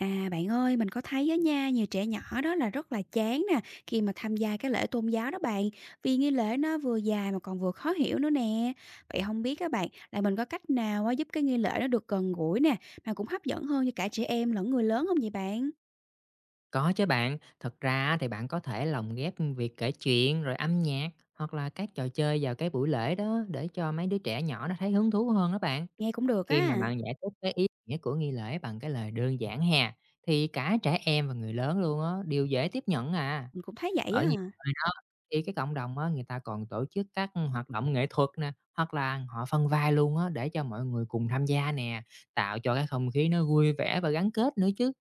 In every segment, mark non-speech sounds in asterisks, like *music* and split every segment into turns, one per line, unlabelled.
À, bạn ơi, mình có thấy á nha, nhiều trẻ nhỏ đó là rất là chán nè khi mà tham gia cái lễ tôn giáo đó bạn, vì nghi lễ nó vừa dài mà còn vừa khó hiểu nữa nè. Vậy không biết các bạn là mình có cách nào á giúp cái nghi lễ nó được gần gũi nè mà cũng hấp dẫn hơn cho cả trẻ em lẫn người lớn không vậy bạn?
Có chứ bạn, thật ra thì bạn có thể lồng ghép việc kể chuyện, rồi âm nhạc hoặc là các trò chơi vào cái buổi lễ đó để cho mấy đứa trẻ nhỏ nó thấy hứng thú hơn đó bạn.
Nghe cũng được
Khi mà
á,
bạn giải thích cái ý nghĩa của nghi lễ bằng cái lời đơn giản hè, thì cả trẻ em và người lớn luôn á đều dễ tiếp nhận à.
mình cũng thấy vậy
Ở
á.
nhiều nơi đó, thì cái cộng đồng á người ta còn tổ chức các hoạt động nghệ thuật nè, hoặc là họ phân vai luôn á để cho mọi người cùng tham gia nè, tạo cho cái không khí nó vui vẻ và gắn kết nữa chứ.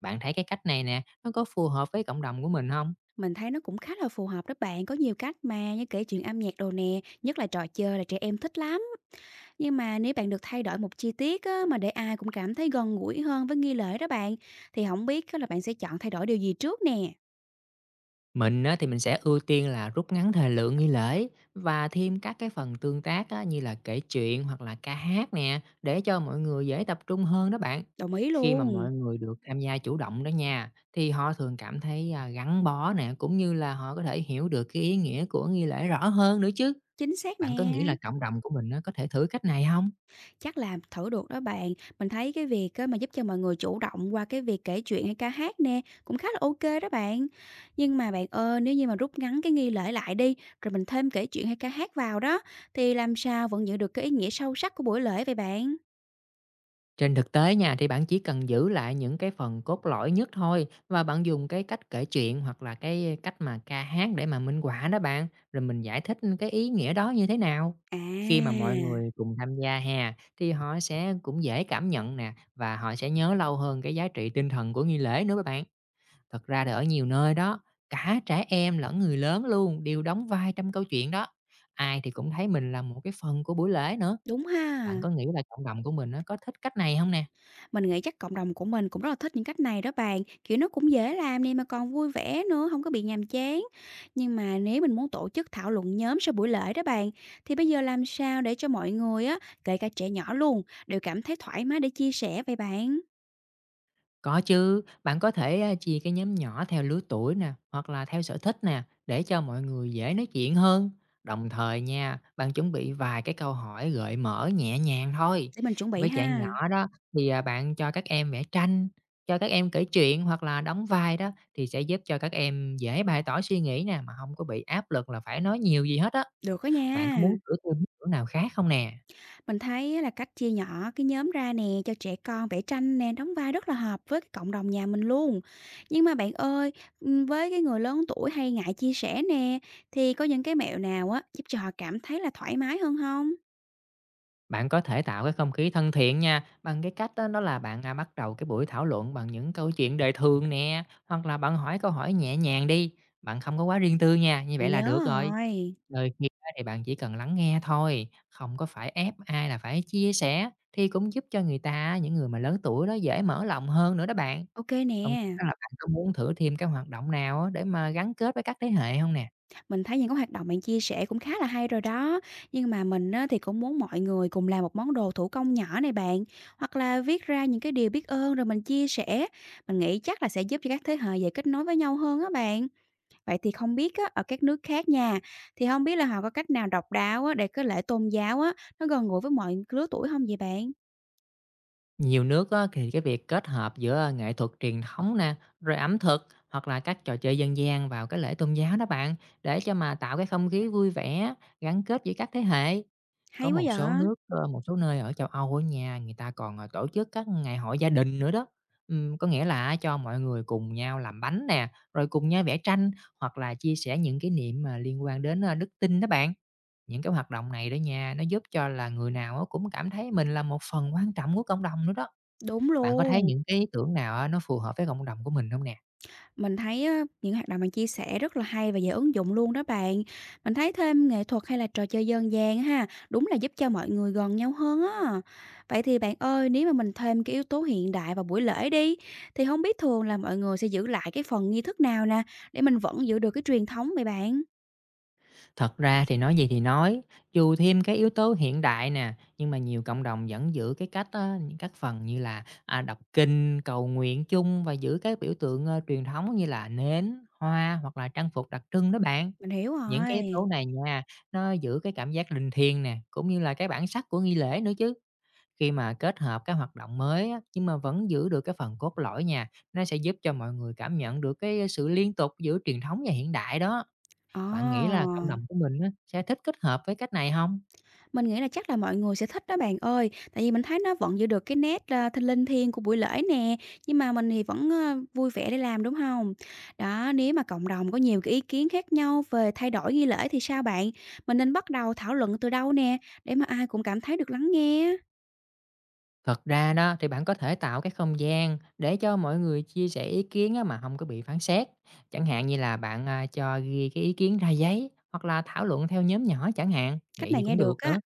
Bạn thấy cái cách này nè, nó có phù hợp với cộng đồng của mình không?
Mình thấy nó cũng khá là phù hợp đó bạn, có nhiều cách mà như kể chuyện âm nhạc đồ nè, nhất là trò chơi là trẻ em thích lắm. Nhưng mà nếu bạn được thay đổi một chi tiết á, mà để ai cũng cảm thấy gần gũi hơn với nghi lễ đó bạn, thì không biết á là bạn sẽ chọn thay đổi điều gì trước nè?
Mình á, thì mình sẽ ưu tiên là rút ngắn thời lượng nghi lễ và thêm các cái phần tương tác á, như là kể chuyện hoặc là ca hát nè, để cho mọi người dễ tập trung hơn đó bạn.
Đồng ý
Khi mà
luôn,
mọi người được tham gia chủ động đó nha, thì họ thường cảm thấy, gắn bó nè, cũng như là họ có thể hiểu được cái ý nghĩa của nghi lễ rõ hơn nữa chứ.
chính xác
Bạn có
nè.
nghĩ là cộng đồng của mình á, có thể thử cách này không?
Chắc là thử được đó bạn. Mình thấy cái việc á mà giúp cho mọi người chủ động qua cái việc kể chuyện hay ca hát nè, cũng khá là ok đó bạn. Nhưng mà bạn ơi, nếu như mà rút ngắn cái nghi lễ lại đi, rồi mình thêm kể chuyện hay ca hát vào đó, thì làm sao vẫn giữ được cái ý nghĩa sâu sắc của buổi lễ vậy bạn?
Trên thực tế nha, thì bạn chỉ cần giữ lại những cái phần cốt lõi nhất thôi, và bạn dùng cái cách kể chuyện hoặc là cái cách mà ca hát để mà minh họa đó bạn, rồi mình giải thích cái ý nghĩa đó như thế nào.
À,
Khi mà mọi người cùng tham gia hè, thì họ sẽ cũng dễ cảm nhận nè, và họ sẽ nhớ lâu hơn cái giá trị tinh thần của nghi lễ nữa các bạn. Thật ra thì ở nhiều nơi đó, cả trẻ em lẫn người lớn luôn đều đóng vai trong câu chuyện đó. Ai thì cũng thấy mình là một cái phần của buổi lễ nữa.
đúng ha.
Bạn có nghĩ là cộng đồng của mình nó có thích cách này không nè?
Mình nghĩ chắc cộng đồng của mình cũng rất là thích những cách này đó bạn, kiểu, nó cũng dễ làm đi mà còn vui vẻ nữa, không có bị nhàm chán. Nhưng mà nếu mình muốn tổ chức thảo luận nhóm sau buổi lễ đó bạn, thì bây giờ làm sao để cho mọi người á, kể cả trẻ nhỏ luôn, đều cảm thấy thoải mái để chia sẻ vậy bạn?
Có chứ, bạn có thể chia cái nhóm nhỏ theo lứa tuổi nè, hoặc là theo sở thích nè, để cho mọi người dễ nói chuyện hơn. Đồng thời nha, bạn chuẩn bị vài cái câu hỏi gợi mở nhẹ nhàng thôi.
Để mình chuẩn bị
Với trẻ nhỏ
ha.
đó, thì bạn cho các em vẽ tranh, cho các em kể chuyện hoặc là đóng vai đó, thì sẽ giúp cho các em dễ bày tỏ suy nghĩ nè, mà không có bị áp lực là phải nói nhiều gì hết á.
Được đó
Bạn có
nha.
muốn thử thêm hướng nào khác không nè?
Mình thấy á là cách chia nhỏ cái nhóm ra nè, cho trẻ con vẽ tranh nè, đóng vai rất là hợp với cái cộng đồng nhà mình luôn. Nhưng mà bạn ơi, với cái người lớn tuổi hay ngại chia sẻ nè, thì có những cái mẹo nào á giúp cho họ cảm thấy là thoải mái hơn không?
Bạn có thể tạo cái không khí thân thiện nha, bằng cái cách đó, đó là bạn, bắt đầu cái buổi thảo luận bằng những câu chuyện đời thường nè, hoặc là bạn hỏi câu hỏi nhẹ nhàng đi, bạn không có quá riêng tư nha, như vậy
Mình
là được
nhớ
rồi.
rồi.
Đôi khi á thì bạn chỉ cần lắng nghe thôi, không có phải ép ai là phải chia sẻ, thì cũng giúp cho người ta, những người mà lớn tuổi đó dễ mở lòng hơn nữa đó bạn.
OK nè,
Không biết là bạn có muốn thử thêm cái hoạt động nào á để mà gắn kết với các thế hệ không nè?
mình thấy những cái hoạt động bạn chia sẻ cũng khá là hay rồi đó. Nhưng mà mình á thì cũng muốn mọi người cùng làm một món đồ thủ công nhỏ này bạn, hoặc là viết ra những cái điều biết ơn rồi mình chia sẻ. Mình nghĩ chắc là sẽ giúp cho các thế hệ dễ kết nối với nhau hơn á bạn. Vậy thì không biết á, ở các nước khác nha, thì không biết là họ có cách nào độc đáo á, để cái lễ tôn giáo á, nó gần gũi với mọi lứa tuổi không vậy bạn?
Nhiều nước á, thì cái việc kết hợp giữa nghệ thuật truyền thống nè, rồi ẩm thực hoặc là các trò chơi dân gian vào cái lễ tôn giáo đó bạn, để cho mà tạo cái không khí vui vẻ, gắn kết giữa các thế hệ. Có
Hay quá
một số
vậy!
nước, một số nơi ở châu Âu ở nhà người ta còn tổ chức các ngày hội gia đình nữa đó. Có nghĩa là cho mọi người cùng nhau làm bánh nè, rồi cùng nhau vẽ tranh, hoặc là chia sẻ những kỷ niệm mà liên quan đến đức tin đó bạn. Những cái hoạt động này đó nha, nó giúp cho là người nào á cũng cảm thấy mình là một phần quan trọng của cộng đồng nữa đó.
Đúng
Bạn có thấy
luôn,
những cái ý tưởng nào á nó phù hợp với cộng đồng của mình không nè?
mình thấy á, những hoạt động bạn chia sẻ rất là hay và dễ ứng dụng luôn đó bạn. Mình thấy thêm nghệ thuật hay là trò chơi dân gian ha, đúng là giúp cho mọi người gần nhau hơn á. Vậy thì bạn ơi, nếu mà mình thêm cái yếu tố hiện đại vào buổi lễ đi, thì không biết thường là mọi người sẽ giữ lại cái phần nghi thức nào nè, để mình vẫn giữ được cái truyền thống vậy bạn?
Thật ra thì nói gì thì nói, dù thêm cái yếu tố hiện đại nè, nhưng mà nhiều cộng đồng vẫn giữ cái cách á những các phần như là, đọc kinh, cầu nguyện chung, và giữ các biểu tượng, truyền thống như là nến, hoa hoặc là trang phục đặc trưng đó bạn.
Mình hiểu
Những cái yếu tố
rồi.
này nha, nó giữ cái cảm giác linh thiêng nè, cũng như là cái bản sắc của nghi lễ nữa chứ. Khi mà kết hợp các hoạt động mới á, nhưng mà vẫn giữ được cái phần cốt lõi nha, nó sẽ giúp cho mọi người cảm nhận được cái sự liên tục giữa truyền thống và hiện đại đó.
Ờ,
Bạn nghĩ là cộng đồng của mình á, sẽ thích kết hợp với cách này không?
mình nghĩ là chắc là mọi người sẽ thích đó bạn ơi, tại vì mình thấy nó vẫn giữ được cái nét, thinh linh thiêng của buổi lễ nè, nhưng mà mình thì vẫn, vui vẻ để làm, đúng không? Đó, nếu mà cộng đồng có nhiều cái ý kiến khác nhau về thay đổi nghi lễ thì sao bạn? Mình nên bắt đầu thảo luận từ đâu nè, để mà ai cũng cảm thấy được lắng nghe?
Thật ra đó thì bạn có thể tạo cái không gian để cho mọi người chia sẻ ý kiến á, mà không có bị phán xét. Chẳng hạn như là bạn, cho ghi cái ý kiến ra giấy hoặc là thảo luận theo nhóm nhỏ chẳng hạn,
Cách
vậy thì
này nghe
cũng
được
được
á,
nữa.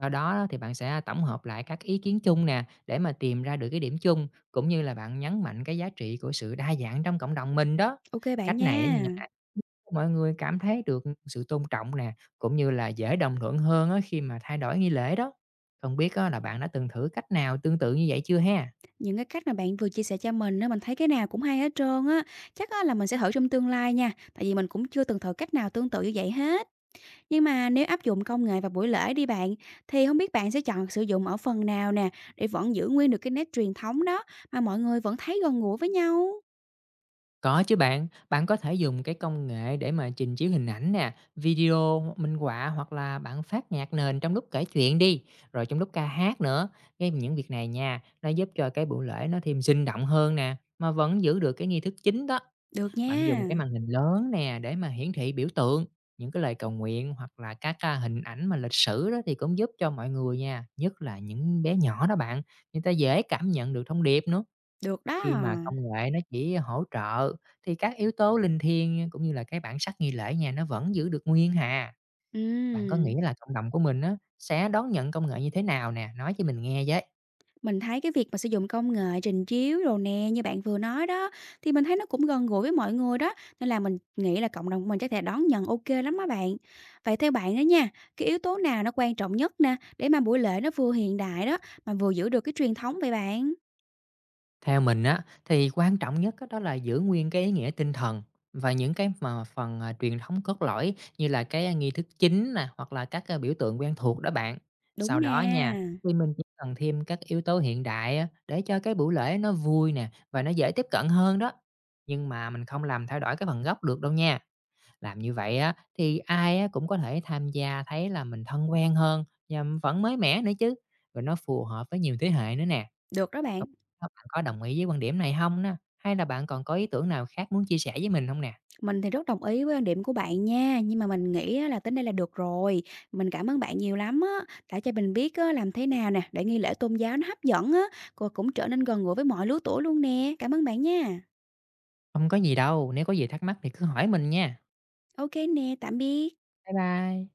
Sau đó thì bạn sẽ tổng hợp lại các ý kiến chung nè, để mà tìm ra được cái điểm chung, cũng như là bạn nhấn mạnh cái giá trị của sự đa dạng trong cộng đồng mình đó.
ok bạn
Cách này á
nha.
nha, *laughs* mọi người cảm thấy được sự tôn trọng nè, cũng như là dễ đồng thuận hơn á khi mà thay đổi nghi lễ đó. Không biết á là bạn đã từng thử cách nào tương tự như vậy chưa ha?
Những cái cách mà bạn vừa chia sẻ cho mình á, mình thấy cái nào cũng hay hết trơn á, chắc á là mình sẽ thử trong tương lai nha, tại vì mình cũng chưa từng thử cách nào tương tự như vậy hết. Nhưng mà nếu áp dụng công nghệ vào buổi lễ đi bạn, thì không biết bạn sẽ chọn sử dụng ở phần nào nè, để vẫn giữ nguyên được cái nét truyền thống đó, mà mọi người vẫn thấy gần gũi với nhau?
Có chứ bạn, bạn có thể dùng cái công nghệ để mà trình chiếu hình ảnh nè, video, minh họa hoặc là bạn phát nhạc nền trong lúc kể chuyện đi, rồi trong lúc ca hát nữa. Cái những việc này nha, nó giúp cho cái buổi lễ nó thêm sinh động hơn nè, mà vẫn giữ được cái nghi thức chính đó.
Được
Bạn dùng cái
nha,
màn hình lớn nè để mà hiển thị biểu tượng, những cái lời cầu nguyện hoặc là các ca hình ảnh mà lịch sử đó, thì cũng giúp cho mọi người nha, nhất là những bé nhỏ đó bạn, người ta dễ cảm nhận được thông điệp nữa.
được đó.
Khi mà công nghệ nó chỉ hỗ trợ, thì các yếu tố linh thiêng cũng như là cái bản sắc nghi lễ nhà nó vẫn giữ được nguyên hà. Bạn có nghĩ
Ừm,
là cộng đồng của mình á sẽ đón nhận công nghệ như thế nào nè? Nói cho mình nghe với.
mình thấy cái việc mà sử dụng công nghệ trình chiếu đồ nè, như bạn vừa nói đó, thì mình thấy nó cũng gần gũi với mọi người đó, nên là mình nghĩ là cộng đồng của mình chắc thể đón nhận OK lắm á bạn. Vậy theo bạn đó nha, cái yếu tố nào nó quan trọng nhất nè, để mà buổi lễ nó vừa hiện đại đó, mà vừa giữ được cái truyền thống vậy bạn?
Theo mình á, thì quan trọng nhất á đó là giữ nguyên cái ý nghĩa tinh thần và những cái mà phần, truyền thống cốt lõi như là cái, nghi thức chính nè, hoặc là các, biểu tượng quen thuộc đó bạn.
Đúng
Sau đó
nè.
nha, thì mình chỉ cần thêm các yếu tố hiện đại á, để cho cái buổi lễ nó vui nè, và nó dễ tiếp cận hơn đó. Nhưng mà mình không làm thay đổi cái phần gốc được đâu nha. Làm như vậy á, thì ai á cũng có thể tham gia, thấy là mình thân quen hơn và vẫn mới mẻ nữa chứ, rồi nó phù hợp với nhiều thế hệ nữa nè.
Được đó bạn,
Không biết á, bạn có đồng ý với quan điểm này không á? Hay là bạn còn có ý tưởng nào khác muốn chia sẻ với mình không nè?
mình thì rất đồng ý với quan điểm của bạn nha, nhưng mà mình nghĩ á là tính đây là được rồi. Mình cảm ơn bạn nhiều lắm á, đã cho mình biết á làm thế nào nè để nghi lễ tôn giáo nó hấp dẫn á, cô cũng trở nên gần gũi với mọi lứa tuổi luôn nè. Cảm ơn bạn nha.
Không có gì đâu, nếu có gì thắc mắc thì cứ hỏi mình nha.
OK nè, tạm biệt.
Bye bye.